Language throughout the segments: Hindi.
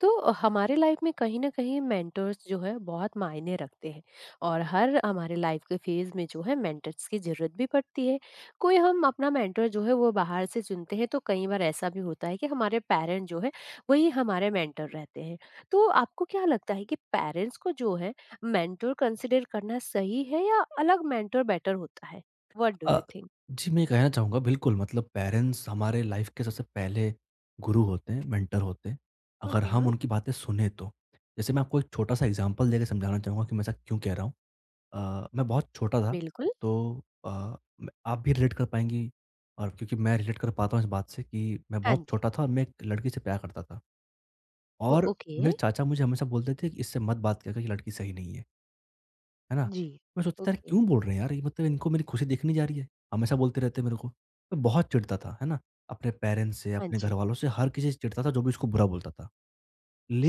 तो हमारे लाइफ में कहीं न कहीं मेंटर्स जो है बहुत मायने रखते हैं और हर हमारे लाइफ के फेज़ में जो है मेंटर्स की ज़रूरत भी पड़ती है। कोई हम अपना मेंटर जो है वो बाहर से चुनते हैं तो कई बार ऐसा भी होता है कि हमारे पेरेंट जो है वही हमारे मेंटर रहते हैं। तो आपको क्या लगता है कि पेरेंट्स को जो है मेंटर कंसीडर करना सही है या अलग मेंटर बेटर होता है? What do uh, you think? जी, मैं ये कहना चाहूँगा बिल्कुल मतलब पेरेंट्स हमारे लाइफ के सबसे पहले गुरु होते हैं, मेंटर होते हैं, हुँ, अगर हम हुँ। उनकी बातें सुने तो। जैसे मैं आपको एक छोटा-सा एग्ज़ाम्पल देके समझाना चाहूँगा कि मैं ऐसा क्यों कह रहा हूँ। मैं बहुत छोटा था, बिल्कुल। तो अ, म आप भी रिलेट कर पाएँगी, और क्योंकि मैं रिलेट कर पाता हूँ इस बात से कि मैं हाँ बहुत जी। छोटा था और मैं एक लड़की से प्यार करता था। ओ और ओके। मेरे चाचा मुझे हमेशा बोलते थे कि इससे मत बात किया कर, ये लड़की सही नहीं है। है ना? जी। मैं सोचता था, यार ओके। क्यों बोल रहे हैं, यार ये मतलब इनको मेरी खुशी दिख नहीं जा रही है, हमेशा बोलते रहते हैं मेरे को। मैं बहुत चिढ़ता था, है ना? अपने पेरेंट्स से, हाँ अपने जी। घरवालों से, हर किसी से चिढ़ता था जो भी उसको बुरा बोलता था।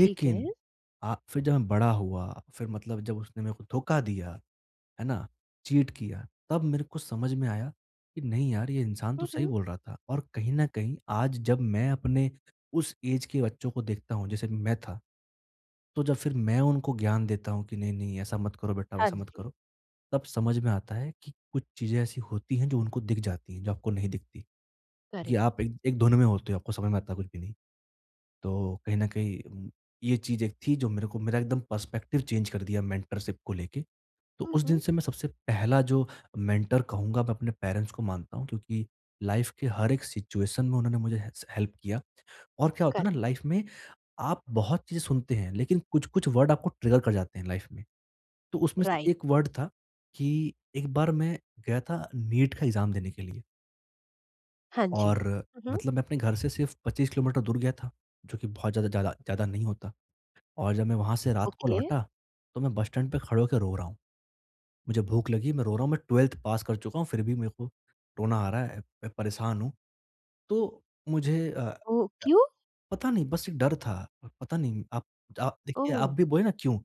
ठीक है। फिर जब मैं बड़ा हुआ, फिर मतलब जब उसने मेरे को धोखा दिया, है ना? चीट किया, तब मेरे को समझ में आया कि नहीं यार, ये इंसान तो हुँ, सही हुँ। बोल रहा था, और कहीं न कहीं आज जब मैं अपने उस ऐज के बच्चों को देखता हूँ जैसे मैं था, तो जब फिर मैं उनको ज्ञान देता हूँ कि नहीं, नहीं ऐसा मत करो बेटा, हाँ वैसा मत जी, करो, तब समझ में आता है कि कुछ चीज़ें ऐसी होती हैं जो उनको दिख जाती हैं, जो आपको नहीं दिखती। क्योंकि करेक्ट। आप एक एक धुन में होते हो, आपको समझ में आता कुछ भी नहीं। तो कहीं न कहीं ये चीज़ एक थी जो मेरे को मेरा एकदम पर्सपेक्टिव चेंज कर दिया मेंटरशिप को लेके। तो हुँ, उस दिन हुँ। से मैं सबसे पहला जो मेंटर कहूँगा, मैं अपने पेरेंट्स को मानता हूँ, क्योंकि लाइफ़ के हर एक सिचुएशन में उन्होंने मुझे हेस हेल्प किया। और क्या होता है करेक्ट। ना लाइफ़ में, आप बहुत चीज़ें सुनते हैं, लेकिन कुछ-कुछ वर्ड आपको ट्रिगर कर जाते हैं लाइफ़ में। तो उसमें से राइट, एक वर्ड था। कि एक बार मैं गया था नीट का एग्ज़ाम देने के लिए, हाँ जी। और हुँ, हुँ। मतलब मैं अपने घर से सिर्फ़ 25 किलोमीटर दूर गया था, जो कि बहुत ज़्यादा ज़्यादा ज़्यादा नहीं होता। और जब मैं वहाँ से रात को ओके, लौटा, तो मैं बस स्टैंड पे खड़े होके रो रहा हूँ। मुझे भूख लगी, मैं रो रहा हूँ, मैं 12th पास कर चुका हूँ, फिर भी मेरे को रोना आ रहा है, मैं परेशान हूँ। तो मुझे ओह! क्यों? पता नहीं, बस एक डर था, और पता नहीं आप देखिए ओह! आप भी बोले ना क्यों?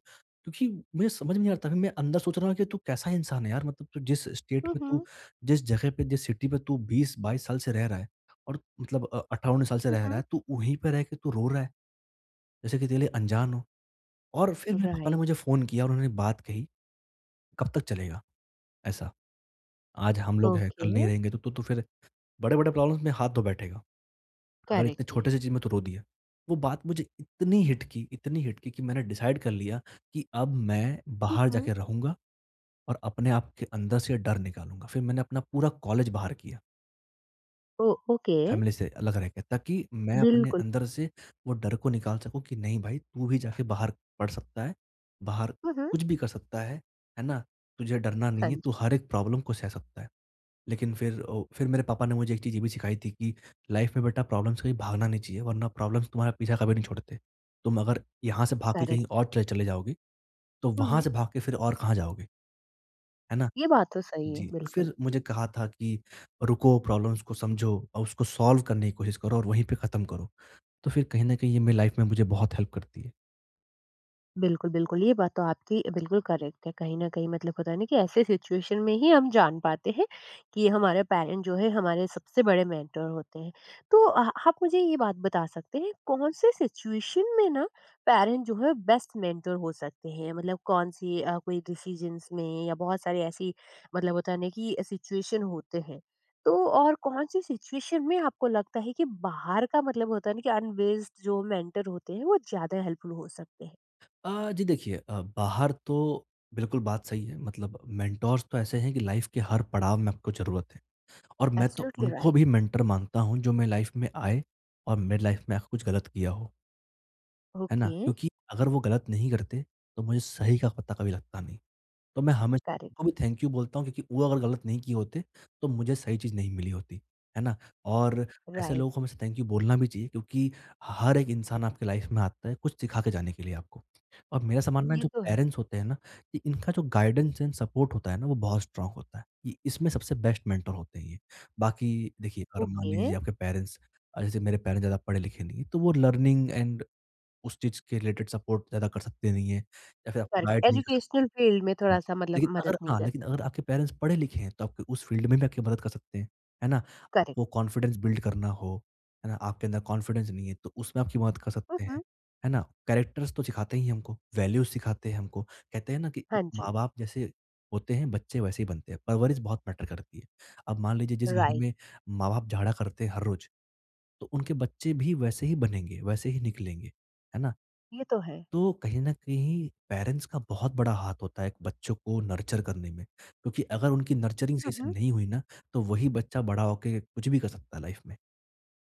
क्योंकि मुझे समझ में नहीं आता था, मैं अंदर सोच रहा हूँ कि तू कैसा इंसान है यार, मतलब तू जिस स्टेट हुँ, में, तू हुँ। जिस जगह पे, जिस सिटी पे तू 20-22 साल से रह रहा है, और मतलब 18 19 साल से हुँ, रह रहा हुँ। है, तू वहीं पे रह के तू रो रहा है, जैसे कि तेरे लिए अनजान हो। और फिर मेरे पापा ने राइट, मुझे फ़ोन किया और उन्होंने बात कही, कब तक चलेगा ऐसा? आज हम लोग हैं, कल ओके, नहीं रहेंगे, तो तू तो फिर बड़े-बड़े प्रॉब्लम्स में हाथ धो बैठेगा। अगर इतने करेक्ट है। छोटे से चीज़ में तो रो दिया। वो बात मुझे इतनी हिट की, इतनी हिट की, कि मैंने डिसाइड कर लिया कि अब मैं हुँ, बाहर हुँ। जाके रहूँगा और अपने आप के अंदर से डर निकालूँगा। फिर मैंने अपना पूरा कॉलेज बाहर किया, ओ ओके, फैमिली से अलग रह के, ताकि मैं अपने बिल्कुल। अंदर से वो डर को निकाल सकूँ कि नहीं भाई, तू भी जाके बाहर पढ़ सकता है, बाहर हुँ, हुँ। कुछ भी कर सकता है ना? तुझे डरना नहीं हाँ है, तू जी, हर एक प्रॉब्लम को सह सकता है। लेकिन फिर फिर मेरे पापा ने मुझे एक चीज़ ये भी सिखाई थी कि लाइफ में बेटा, प्रॉब्लम से कहीं भागना नहीं चाहिए, वरना प्रॉब्लम्स तुम्हारा पीछा कभी नहीं छोड़ते। तुम अगर यहाँ से भाग के कहीं करेक्ट। और चले चले जाओगे, तो हुँ, वहाँ हुँ। से भाग के फिर और कहाँ जाओगे, है ना? ये बात तो सही है, जी, तो बिल्कुल। फिर मुझे कहा था कि रुको, प्रॉब्लम्स को समझो और उसको सॉल्व करने की कोशिश करो, और वहीं पे ख़त्म करो। तो फिर कहीं न कहीं ये मेरी लाइफ में मुझे बहुत हेल्प करती है। बिल्कुल, बिल्कुल, ये बात तो आपकी बिल्कुल करेक्ट है। कहीं न कहीं मतलब होता है ना कि ऐसे सिचुएशन में ही हम जान पाते हैं कि हमारे पेरेंट जो है हमारे सबसे बड़े मेंटर होते हैं। तो आप मुझे ये बात बता सकते हैं कौन से सिचुएशन में ना पेरेंट जो है बेस्ट मेंटर हो सकते हैं? मतलब कौन-सी कोई डिसीजंस में या बहुत सारी ऐसी मतलब होता है ना कि सिचुएशन होते हैं। तो और कौन-सी सिचुएशन में आपको लगता है कि बाहर का मतलब होता है ना कि अनबेस्ड जो मेंटर होते हैं वो ज़्यादा हेल्पफुल हो सकते हैं? जी देखिए, बाहर तो बिल्कुल बात सही है, मतलब मेंटोर्स तो ऐसे हैं कि लाइफ के हर पड़ाव में आपको ज़रूरत है। और मैं तो एब्सोल्युटली उनको राइट। भी मेंटर मानता हूँ जो मेरी लाइफ में आए और मेरी लाइफ में आके कुछ गलत किया हो। है ना? ओके। क्योंकि अगर वो गलत नहीं करते, तो मुझे सही का पता कभी लगता नहीं। तो मैं हमेशा उनको करेक्ट। भी थैंक यू बोलता हूँ, क्योंकि वो अगर गलत नहीं किए होते, तो मुझे सही चीज़ नहीं मिली होती। है ना? और ऐसे राइट। लोगों को हमेशा थैंक यू बोलना भी चाहिए, क्योंकि हर एक इंसान आपकी लाइफ़ में आता है कुछ सिखा के जाने के लिए आपको। और मेरा ऐसा मानना है, ये जो तो है। पेरेंट्स होते हैं ना, कि इनका जो गाइडेंस एंड सपोर्ट होता है ना, वो बहुत स्ट्रॉन्ग होता है। ये इसमें सबसे बेस्ट मेंटर होते हैं ये। बाकी देखिए, अगर मान ओके। लीजिए आपके पेरेंट्स, जैसे मेरे पेरेंट्स ज़्यादा पढ़े लिखे नहीं हैं, तो वो लर्निंग एंड उस चीज़ के रिलेटेड सपोर्ट ज़्यादा कर सकते नहीं हैं, या फिर आपको करेक्ट गाइड नहीं कर सकते। एजुकेशनल फील्ड में जी, थोड़ा सा मतलब लेकिन मदद अगर नहीं हाँ, कर लेकिन सकते। अगर आपके पेरेंट्स पढ़े लिखे हैं, तो आपके उस फील्ड में भी आपकी मदद कर सकते हैं, है ना? करेक्ट। आपको कॉन्फिडेंस बिल्ड करना हो, है ना? आपके अंदर कॉन्फिडेंस नहीं है, तो उसमें आपकी मदद कर सकते हैं, हम्म। है ना? कैरेक्टर्स तो सिखाते ही हैं हमको, वैल्यूज़ सिखाते हैं हमको। कहते हैं ना कि एक हाँ जी। माँ-बाप जैसे होते हैं, बच्चे वैसे ही बनते हैं। परवरिश बहुत मैटर करती है। अब मान लीजिए जिस घर राइट। में माँ-बाप झाड़ा करते हैं हर रोज़, तो उनके बच्चे भी वैसे ही बनेंगे, वैसे ही निकलेंगे, है ना? ये तो है। तो कहीं न कहीं पेरेंट्स का बहुत बड़ा हाथ होता है एक बच्चों को नर्चर करने में, क्योंकि अगर उनकी नर्चरिंग सही से हम्म। नहीं हुई ना, तो वही बच्चा बड़ा होके कुछ भी कर सकता है लाइफ में।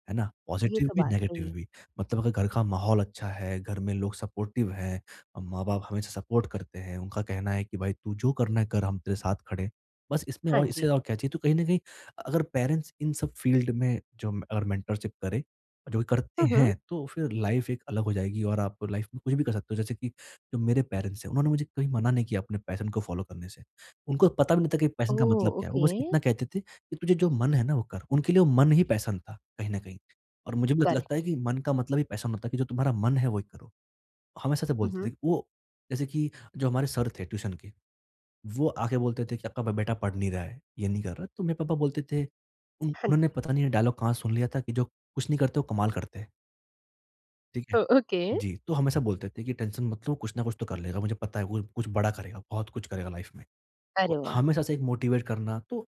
है ना? ये पॉज़िटिव तो भी, बात नेगेटिव सही है। भी। मतलब अगर घर का माहौल अच्छा है, घर में लोग सपोर्टिव हैं, माँ-बाप हमेशा सपोर्ट करते हैं, उनका कहना है कि भाई तू जो करना है कर, हम तेरे साथ खड़े हैं। बस इसमें, हाँ और इससे जी। और क्या चाहिए? तो कहीं न कहीं अगर पेरेंट्स इन सब फील्ड में जो म अगर मेंटरशिप करें, जो करते हम्म। हैं, तो फिर लाइफ़ एक अलग हो जाएगी और आप लाइफ़ में कुछ भी कर सकते हो। जैसे कि जो मेरे पेरेंट्स हैं, उन्होंने मुझे कभी मना नहीं किया अपने पैशन को फ़ॉलो करने से। उनको पता भी नहीं था कि पैशन का ओह मतलब क्या है। वो ओके। बस इतना कहते थे कि तुझे जो मन है ना, वो कर। उनके लिए वो मन ही पैशन था, कहीं न कहीं। और मुझे भी लत लगता है करेक्ट। कि मन का मतलब ही पैसा नहीं होता, कि जो तुम्हारा मन है वही करो। हमेशा से बोलते हम्म। थे वो। जैसे कि जो हमारे सर थे ट्यूशन के, वो आके बोलते थे कि आपका ब बेटा पढ़ नहीं रहा है, ये नहीं कर रहा है। तो मेरे पापा बोलते थे, उन हाँ उन्होंने जी। पता नहीं ये डायलॉग कहाँ सुन लिया था कि जो कुछ नहीं करते वो कमाल करते हैं, ठीक है? ओके। जी, तो हमेशा बोलते थे कि टेंशन मत लो, कुछ ना कुछ तो कर लेगा, मुझे पता है वो कुछ बड़ा करेगा, बहुत कुछ करेगा लाइफ़ में। अरे तो वाह। हमेशा से एक मोटिवेट करना, तो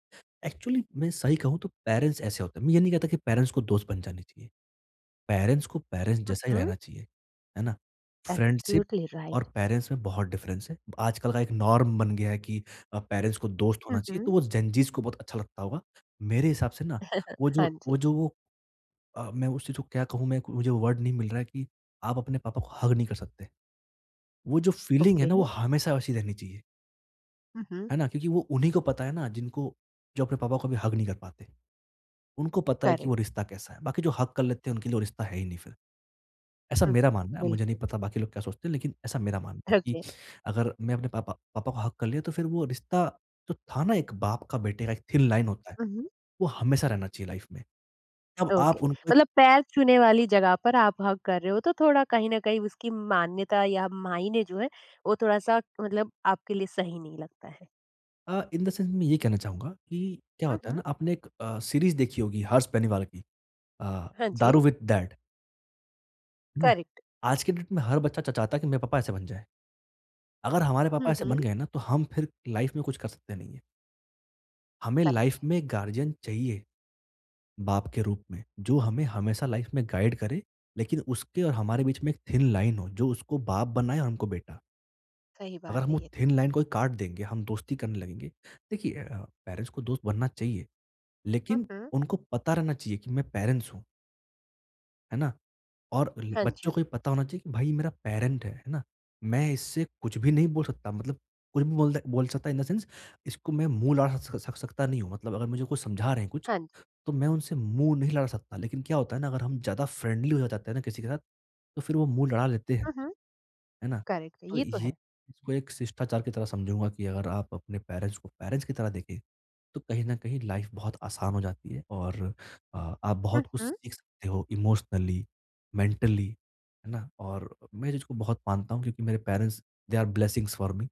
एक्चुअली मैं सही कहूँ तो पेरेंट्स ऐसे होते हैं। मैं ये नहीं कहता कि पेरेंट्स को दोस्त बन जाने चाहिए। पेरेंट्स को पेरेंट्स जैसा ही हम्म। रहना चाहिए, है ना? फ्रेंडशिप एब्सोल्युटली और राइट। पेरेंट्स में बहुत डिफ़रेंस है। आजकल का एक नॉर्म बन गया है कि पेरेंट्स को दोस्त होना चाहिए, तो हम्म। वो जेनज़ीज़ को बहुत अच्छा लगता होगा। मेरे हिसाब से ना, वो हाँ जो जी। वो जो वो मैं उस चीज़ को क्या कहूँ, मैं मुझे वर्ड नहीं मिल रहा है, कि आप अपने पापा को हग नहीं कर सकते। वो जो फीलिंग है ओके। ना, वो हमेशा वैसी रहनी चाहिए, हम्म। है ना? क्योंकि वो उन्हीं को पता है ना, जिनको, जो अपने पापा को कभी हग नहीं कर पाते। उनको पता है कि वो करेक्ट। रिश्ता कैसा है, बाकी जो हग कर लेते हैं उनके लिए वो रिश्ता है ही नहीं फिर। ऐसा मेरा हम्म। मानना है, मुझे नहीं बिल्कुल। पता बाकी लोग क्या सोचते हैं, लेकिन ऐसा मेरा मानना है कि ओके। अगर मैं अपने पापा पापा को हक कर लिया, तो फिर वो रिश्ता जो था ना, एक बाप का बेटे का एक थिन लाइन होता है, वो हमेशा रहना चाहिए लाइफ में। तब ओके, आप उनको एक, मतलब पैर छूने वाली जगह पर आप हग कर रहे हो तो थोड़ा कहीं न कहीं उसकी मान्यता या मायने जो है वो थोड़ा-सा मतलब आपके लिए सही नहीं लगता है। इन द सेंस मैं ये कहना चाहूँगा कि क्या हुँ, होता है हुँ। ना, आपने एक सीरीज़ देखी होगी हर्ष बेनीवाल की, अ, हाँ जी। दारू विद डैड, है ना? करेक्ट। आज के डेट में हर बच्चा च चाहता है कि मेरे पापा ऐसे बन जाएँ। अगर हमारे पापा हुँ, ऐसे बन हुँ। गए ना तो हम फिर लाइफ में कुछ कर सकते नहीं हैं। हमें करेक्ट लाइफ है, में गार्डियन चाहिए। बाप के रूप में, जो हमें हमेशा लाइफ में गाइड करे, लेकिन उसके और हमारे बीच में एक थिन लाइन हो, जो उसको बाप बनाए और हमको बेटा। सही अगर बात हम है वो ये तो। थिन लाइन को ही काट देंगे, हम दोस्ती करने लगेंगे। देखिए पेरेंट्स को दोस्त बनना चाहिए, हुँ, लेकिन हुँ। उनको पता रहना चाहिए कि मैं पेरेंट्स हूँ, है ना? और ल हाँ बच्चों जी, को ये पता होना चाहिए कि भाई ये मेरा पेरेंट है ना? मैं इससे कुछ भी नहीं बोल सकता, मतलब कुछ भी बोल सकता, इन द सेंस इसको मैं मुँह लड़ा सक सक सकता नहीं हूँ। मतलब अगर मुझे कुछ समझा रहे हैं कुछ, हाँ जी। तो मैं उनसे मुँह नहीं लड़ा सकता, लेकिन क्या होता है ना, अगर हम ज़्यादा फ्रेंडली हो जाते हैं ना किसी के साथ, तो फिर वो मुँह लड़ा लेते हैं, हुँ, हुँ। है ना? करेक्ट है, तो ये तो ये है। इसको एक शिष्टाचार की तरह समझूँगा कि अगर आप अपने पेरेंट्स को पेरेंट्स की तरह देखें, तो कहीं न कहीं लाइफ़ बहुत आसान हो जाती है और आप हुँ, बहुत कुछ हुँ। सीख सकते हो इमोशनली, मेंटली, है ना? और मैं जिसको बहुत मानता हूँ, क्योंकि मेरे parents they are blessings for me.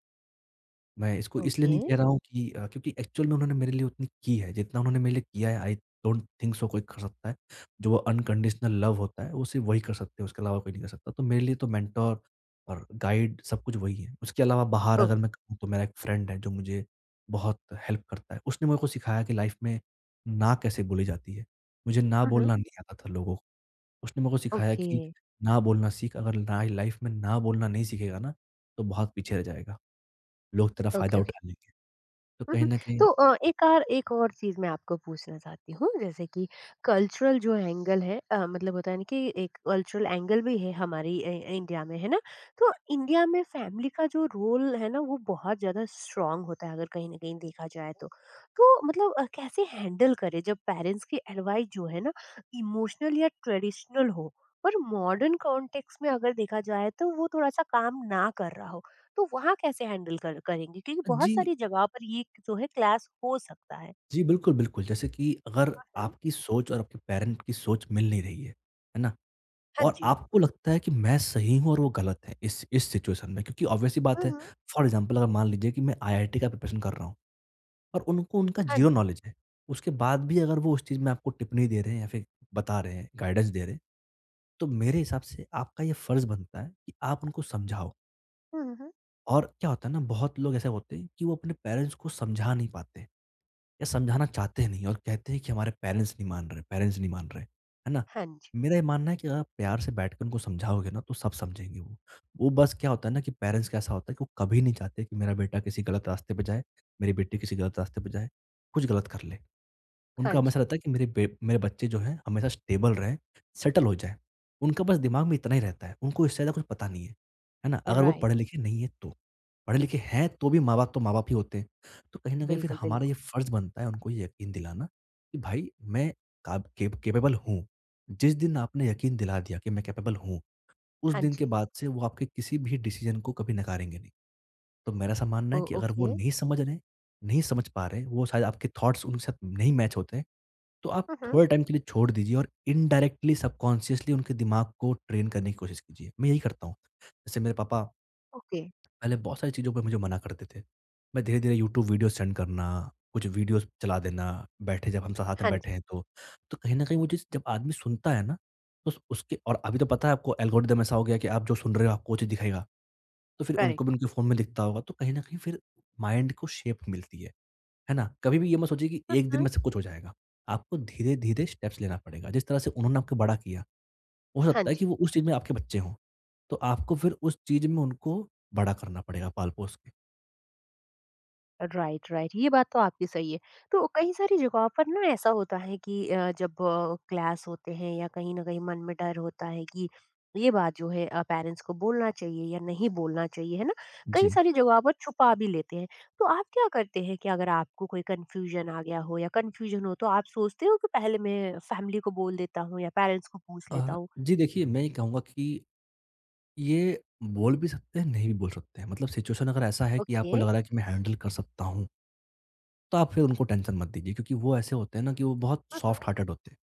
मैं इसको इसलिए ओके। नहीं कह रहा हूँ कि क्योंकि एक्चुअल में उन्होंने मेरे लिए उतनी की है, जितना उन्होंने मेरे लिए किया है, आई डोंट थिंक सो कोई कर सकता है। जो वो अनकंडीशनल लव होता है, वो सिर्फ़ वही कर सकते हैं, उसके अलावा कोई नहीं कर सकता। तो मेरे लिए तो मेंटर और गाइड सब कुछ वही है। उसके अलावा बाहर ओ अगर मैं कहूँ, तो मेरा एक फ्रेंड है जो मुझे बहुत हेल्प करता है। उसने मेरे को सिखाया कि लाइफ़ में ना कैसे बोली जाती है। मुझे ना हुँ, हुँ। बोलना नहीं आता था लोगों को। उसने मेरे को सिखाया ओके, कि ना बोलना सीख, अगर ना लाइफ़ में ना बोलना नहीं सीखेगा ना, तो बहुत पीछे रह जाएगा। लोग तेरा फ़ायदा ओके, ओके। उठा लेंगे। तो कहीं उहुँ, न कहीं तो एक और चीज़ मैं आपको पूछना चाहती हूँ, जैसे कि कल्चरल जो एंगल है मतलब होता है ना कि एक कल्चरल एंगल भी है हमारी इंडिया में, है ना? तो इंडिया में फैमिली का जो रोल है ना, वो बहुत ज़्यादा स्ट्रॉन्ग होता है, अगर कहीं न कहीं देखा जाए तो। तो मतलब कैसे हैंडल करें जब पेरेंट्स की एडवाइस जो है ना, इमोशनल या ट्रेडिशनल हो, पर मॉडर्न कॉन्टेक्स्ट में अगर देखा जाए, तो वो थोड़ा-सा काम ना कर रहा हो? तो वहाँ कैसे हैंडल कर करेंगे? क्योंकि बहुत जी, सारी जगह पर ये जो है क्लास हो सकता है। जी, बिल्कुल, बिल्कुल। जैसे कि अगर हाँ, हाँ। आपकी सोच और आपके पेरेंट की सोच मिल नहीं रही है ना? हाँ और जी। आपको लगता है कि मैं सही हूँ और वो गलत हैं इस सिचुएशन में, क्योंकि ऑब्वियस सी बात हुँ, है, हुँ। फॉर एग्ज़ाम्पल अगर मान लीजिए कि मैं आईआईटी का प्रिपरेशन कर रहा हूँ और उनको, उनका हाँ ज़ीरो जी। नॉलेज है। उसके बाद भी अगर वो उस चीज़ में आपको टिप्पणी दे रहे हैं या फिर बता रहे हैं, गाइडेंस दे रहे हैं, तो मेरे हिसाब से आपका ये फ़र्ज़ बनता है कि आप उनको समझाओ। हुँ, हुँ। और क्या होता है ना, बहुत लोग ऐसे होते हैं कि वो अपने पेरेंट्स को समझा नहीं पाते। या समझाना चाहते नहीं और कहते हैं कि हमारे पेरेंट्स नहीं मान रहे, पेरेंट्स नहीं मान रहे, है ना? हाँ जी, मेरा ये मानना है कि अगर आप प्यार से बैठकर उनको समझाओगे ना तो सब समझेंगे वो बस क्या होता है ना, कि पेरेंट्स का ऐसा होता है कि वो कभी नहीं चाहते कि मेरा बेटा किसी गलत रास्ते पर जाए, मेरी बेटी किसी गलत रास्ते पर जाए, कुछ गलत कर ले। हाँ उनका हमेशा जी। रहता है कि मेरे बच्चे जो हैं हमेशा स्टेबल रहें, सेटल हो जाएँ। उनका बस दिमाग में इतना ही रहता है, उनको इससे ज़्यादा कुछ पता नहीं है। है ना? अगर वो राइट, पढ़े-लिखे नहीं है तो। पढ़े-लिखे हैं तो भी माँ-बाप तो माँ-बाप ही होते हैं। तो कहीं न कहीं फिर बिल्कुल, हमारा ये बिल्कुल। फ़र्ज़ बनता है उनको ये यकीन दिलाना कि भाई मैं काब केप कैपेबल हूँ। जिस दिन आपने यकीन दिला दिया कि मैं कैपेबल हूँ, उस हाँ दिन के जी। बाद से वो आपके किसी भी डिसीज़न को कभी नकारेंगे नहीं। तो मेरा ऐसा मानना है ओ कि अगर वो ओके। नहीं समझ रहे, नहीं समझ पा रहे, वो शायद आपके थॉट्स उनके साथ नहीं मैच होते हैं, तो आप हुँ, हुँ। थोड़े टाइम के लिए छोड़ दीजिए और इनडायरेक्टली, सबकॉन्शियसली उनके दिमाग को ट्रेन करने की कोशिश कीजिए। मैं यही करता हूँ। जैसे मेरे पापा ओके। पहले बहुत सारी चीज़ों पे मुझे मना करते थे। मैं धीरे-धीरे यूट्यूब वीडियोज़ सेंड करना, कुछ वीडियोज़ चला देना, बैठे जब हम साथ में हाँ जी, बैठे हैं तो। तो कहीं न कहीं वो चीज़ जब आदमी सुनता है ना, तो उस उसके, और अभी तो पता है आपको एल्गोरिदम ऐसा हो गया कि आप जो सुन रहे हो, आपको वो चीज़ दिखाएगा। तो फिर उनको भी करेक्ट। उनके फ़ोन में दिखता होगा, तो कहीं न कहीं फिर माइंड को शेप मिलती है। है ना? कभी भी ये मत सोचिए कि हुँ, एक दिन हुँ। में सब कुछ हो जाएगा। आपको धीरे-धीरे स्टेप्स लेना पड़ेगा। जिस तरह से उन्होंने आपको बड़ा किया, हो हाँ सकता है कि जी। वो उस चीज़ में आपके बच्चे हों। तो आपको फिर उस चीज़ में उनको बड़ा करना पड़ेगा पाल-पोस के। Right, right. ये बात तो आपकी सही है। तो कई सारी जगहों पर ना ऐसा होता है कि जब क्लास होते हैं या कहीं न कहीं मन में डर होता है कि ये बात जो है पेरेंट्स को बोलना चाहिए या नहीं बोलना चाहिए, है ना? कई जी। सारी जगहों पर छुपा भी लेते हैं। तो आप क्या करते हैं कि अगर आपको कोई कन्फ्यूज़न आ गया हो या कन्फ्यूज़न हो तो आप सोचते हो कि पहले मैं फैमिली को बोल देता हूँ या पेरेंट्स को पूछ लेता हूँ? जी देखिए, मैं ये कहूँगा कि ये बोल भी सकते हैं, नहीं भी बोल सकते हैं। मतलब सिचुएशन अगर ऐसा है कि ओके। आपको लग रहा है कि मैं हैंडल कर सकता हूँ, तो आप फिर उनको टेंशन मत दीजिए, क्योंकि वो ऐसे होते हैं ना कि वो बहुत हुँ, सॉफ्ट हुँ। हार्टेड होते हैं।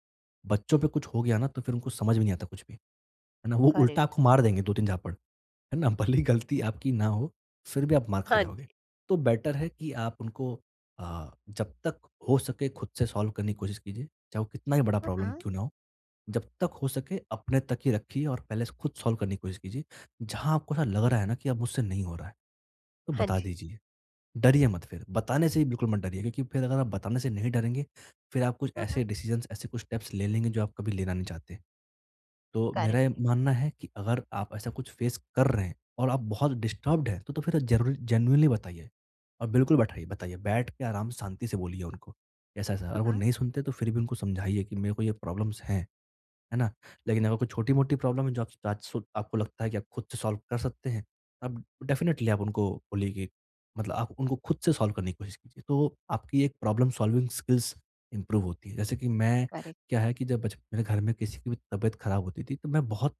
बच्चों पे कुछ हो गया ना तो फिर उनको समझ भी नहीं आता कुछ भी, है ना? वो उल्टा करेक्ट। आपको मार देंगे 2-3 झापड़। है ना? भले ही गलती आपकी ना हो, फिर भी आप मार खा हाँ जाओगे। जी। तो बेटर है कि आप उनको जब तक हो सके खुद से सॉल्व करने की कोशिश कीजिए, चाहे वो कितना ही बड़ा हुँ, प्रॉब्लम हुँ। क्यों ना हो। जब तक हो सके अपने तक ही रखिए और पहले से खुद सॉल्व करने की कोशिश कीजिए। जहाँ आपको ऐसा लग रहा है ना कि अब मुझसे नहीं हो रहा है, तो हाँ बता जी। दीजिए। डरिए मत फिर, बताने से ही बिल्कुल मत डरिए, क्योंकि फिर अगर आप बताने से नहीं डरेंगे, फिर आप कुछ हुँ, ऐसे हुँ। डिसीज़न्स, ऐसे कुछ स्टेप्स ले लेंगे जो आप कभी लेना नहीं चाहते। तो मेरा ये करेक्ट है। मानना है कि अगर आप ऐसा कुछ फेस कर रहे हैं और आप बहुत डिस्टर्ब्ड हैं, तो फिर ज़रूर जेनुइनली बताइए और बिल्कुल बैठाइए, बताइए। बैठ के आराम शांति से बोलिए उनको, ऐसा-ऐसा। अगर हुँ, वो हुँ। नहीं सुनते तो फिर भी उनको समझाइए कि मेरे को ये प्रॉब्लम्स हैं। है ना? लेकिन अगर कोई छोटी-मोटी प्रॉब्लम है जो आप आज सु आपको लगता है कि आप खुद से सॉल्व कर सकते हैं, अब डेफ़िनेटली आप उनको बोलिए, मतलब आप उनको खुद से सॉल्व करने की कोशिश कीजिए। तो आपकी एक प्रॉब्लम सॉल्विंग स्किल्स इम्प्रूव होती है। जैसे कि मैं करेक्ट। क्या है कि जब बच मेरे घर में किसी की भी तबीयत खराब होती थी, तो मैं बहुत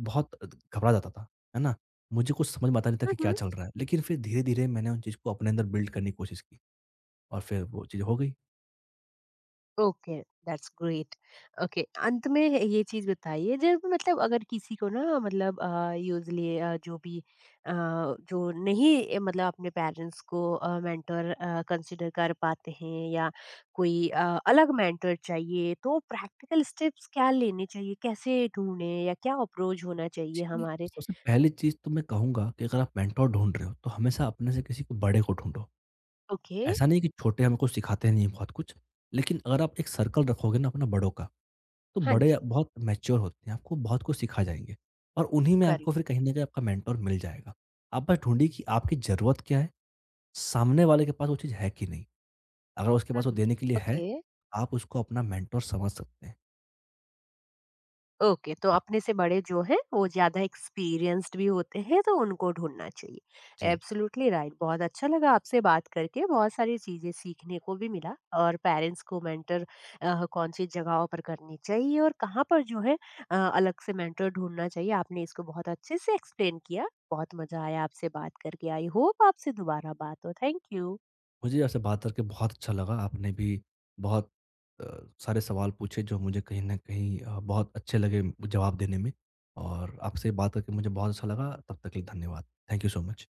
बहुत घबरा जाता था, है ना? मुझे कुछ समझ में आता नहीं था हुँ, कि क्या हुँ। चल रहा है। लेकिन फिर धीरे-धीरे मैंने उन चीज़ को अपने अंदर बिल्ड करने की कोशिश की और फिर वो चीज़ हो गई। ओके। That's great. ओके। अंत में ये चीज बताइए जब मतलब अगर किसी को ना मतलब यूजली जो भी जो नहीं मतलब अपने पेरेंट्स को मेंटर कंसिडर कर पाते हैं या कोई अलग मेंटर चाहिए तो प्रैक्टिकल स्टेप्स क्या लेने चाहिए, कैसे ढूंढने या क्या अप्रोच होना चाहिए जी, हमारे। सबसे पहली चीज़ तो मैं कहूँगा कि अगर आप मेंटर ढूँढ रहे हो, तो हमेशा अपने से किसी को बड़े को ढूँढो। ओके। ऐसा नहीं कि छोटे हमको सिखाते नहीं हैं बहुत कुछ, लेकिन अगर आप एक सर्कल रखोगे ना अपना बड़ों का, तो हाँ बड़े जी। बहुत मैच्योर होते हैं, आपको बहुत कुछ सिखा जाएँगे और उन्हीं में आपको करेक्ट। फिर कहीं न कहीं आपका मेंटर मिल जाएगा। आप बस ढूँढिए कि आपकी ज़रूरत क्या है, सामने वाले के पास वो चीज़ है कि नहीं? अगर उसके हम्म, पास वो देने के लिए है, ओके। आप उसको अपना मेंटर समझ सकते हैं। ओके, तो जी। अपने से बड़े जो हैं वो ज़्यादा एक्सपीरियंस्ड भी होते हैं तो उनको ढूंढना चाहिए। जी। Absolutely right. बहुत अच्छा लगा आपसे बात करके, बहुत सारी चीज़ें सीखने को भी मिला। और पेरेंट्स को मेंटर कौन सी जगहों पर करनी चाहिए और कहाँ पर जो है अलग से मेंटर ढूंढना चाहिए, आपने इसको बहुत अच्छे से एक्सप्लेन किया। बहुत मज़ा आया आपसे बात करके। आई होप आपसे दोबारा बात हो। Thank you. मुझे आपसे बात करके बहुत अच्छा लगा। आपने भी बहुत अ, सारे सवाल पूछे जो मुझे कहीं न कहीं बहुत अच्छे लगे जवाब देने में, और आपसे बात करके मुझे बहुत अच्छा लगा। तब तक के लिए धन्यवाद। Thank you so much.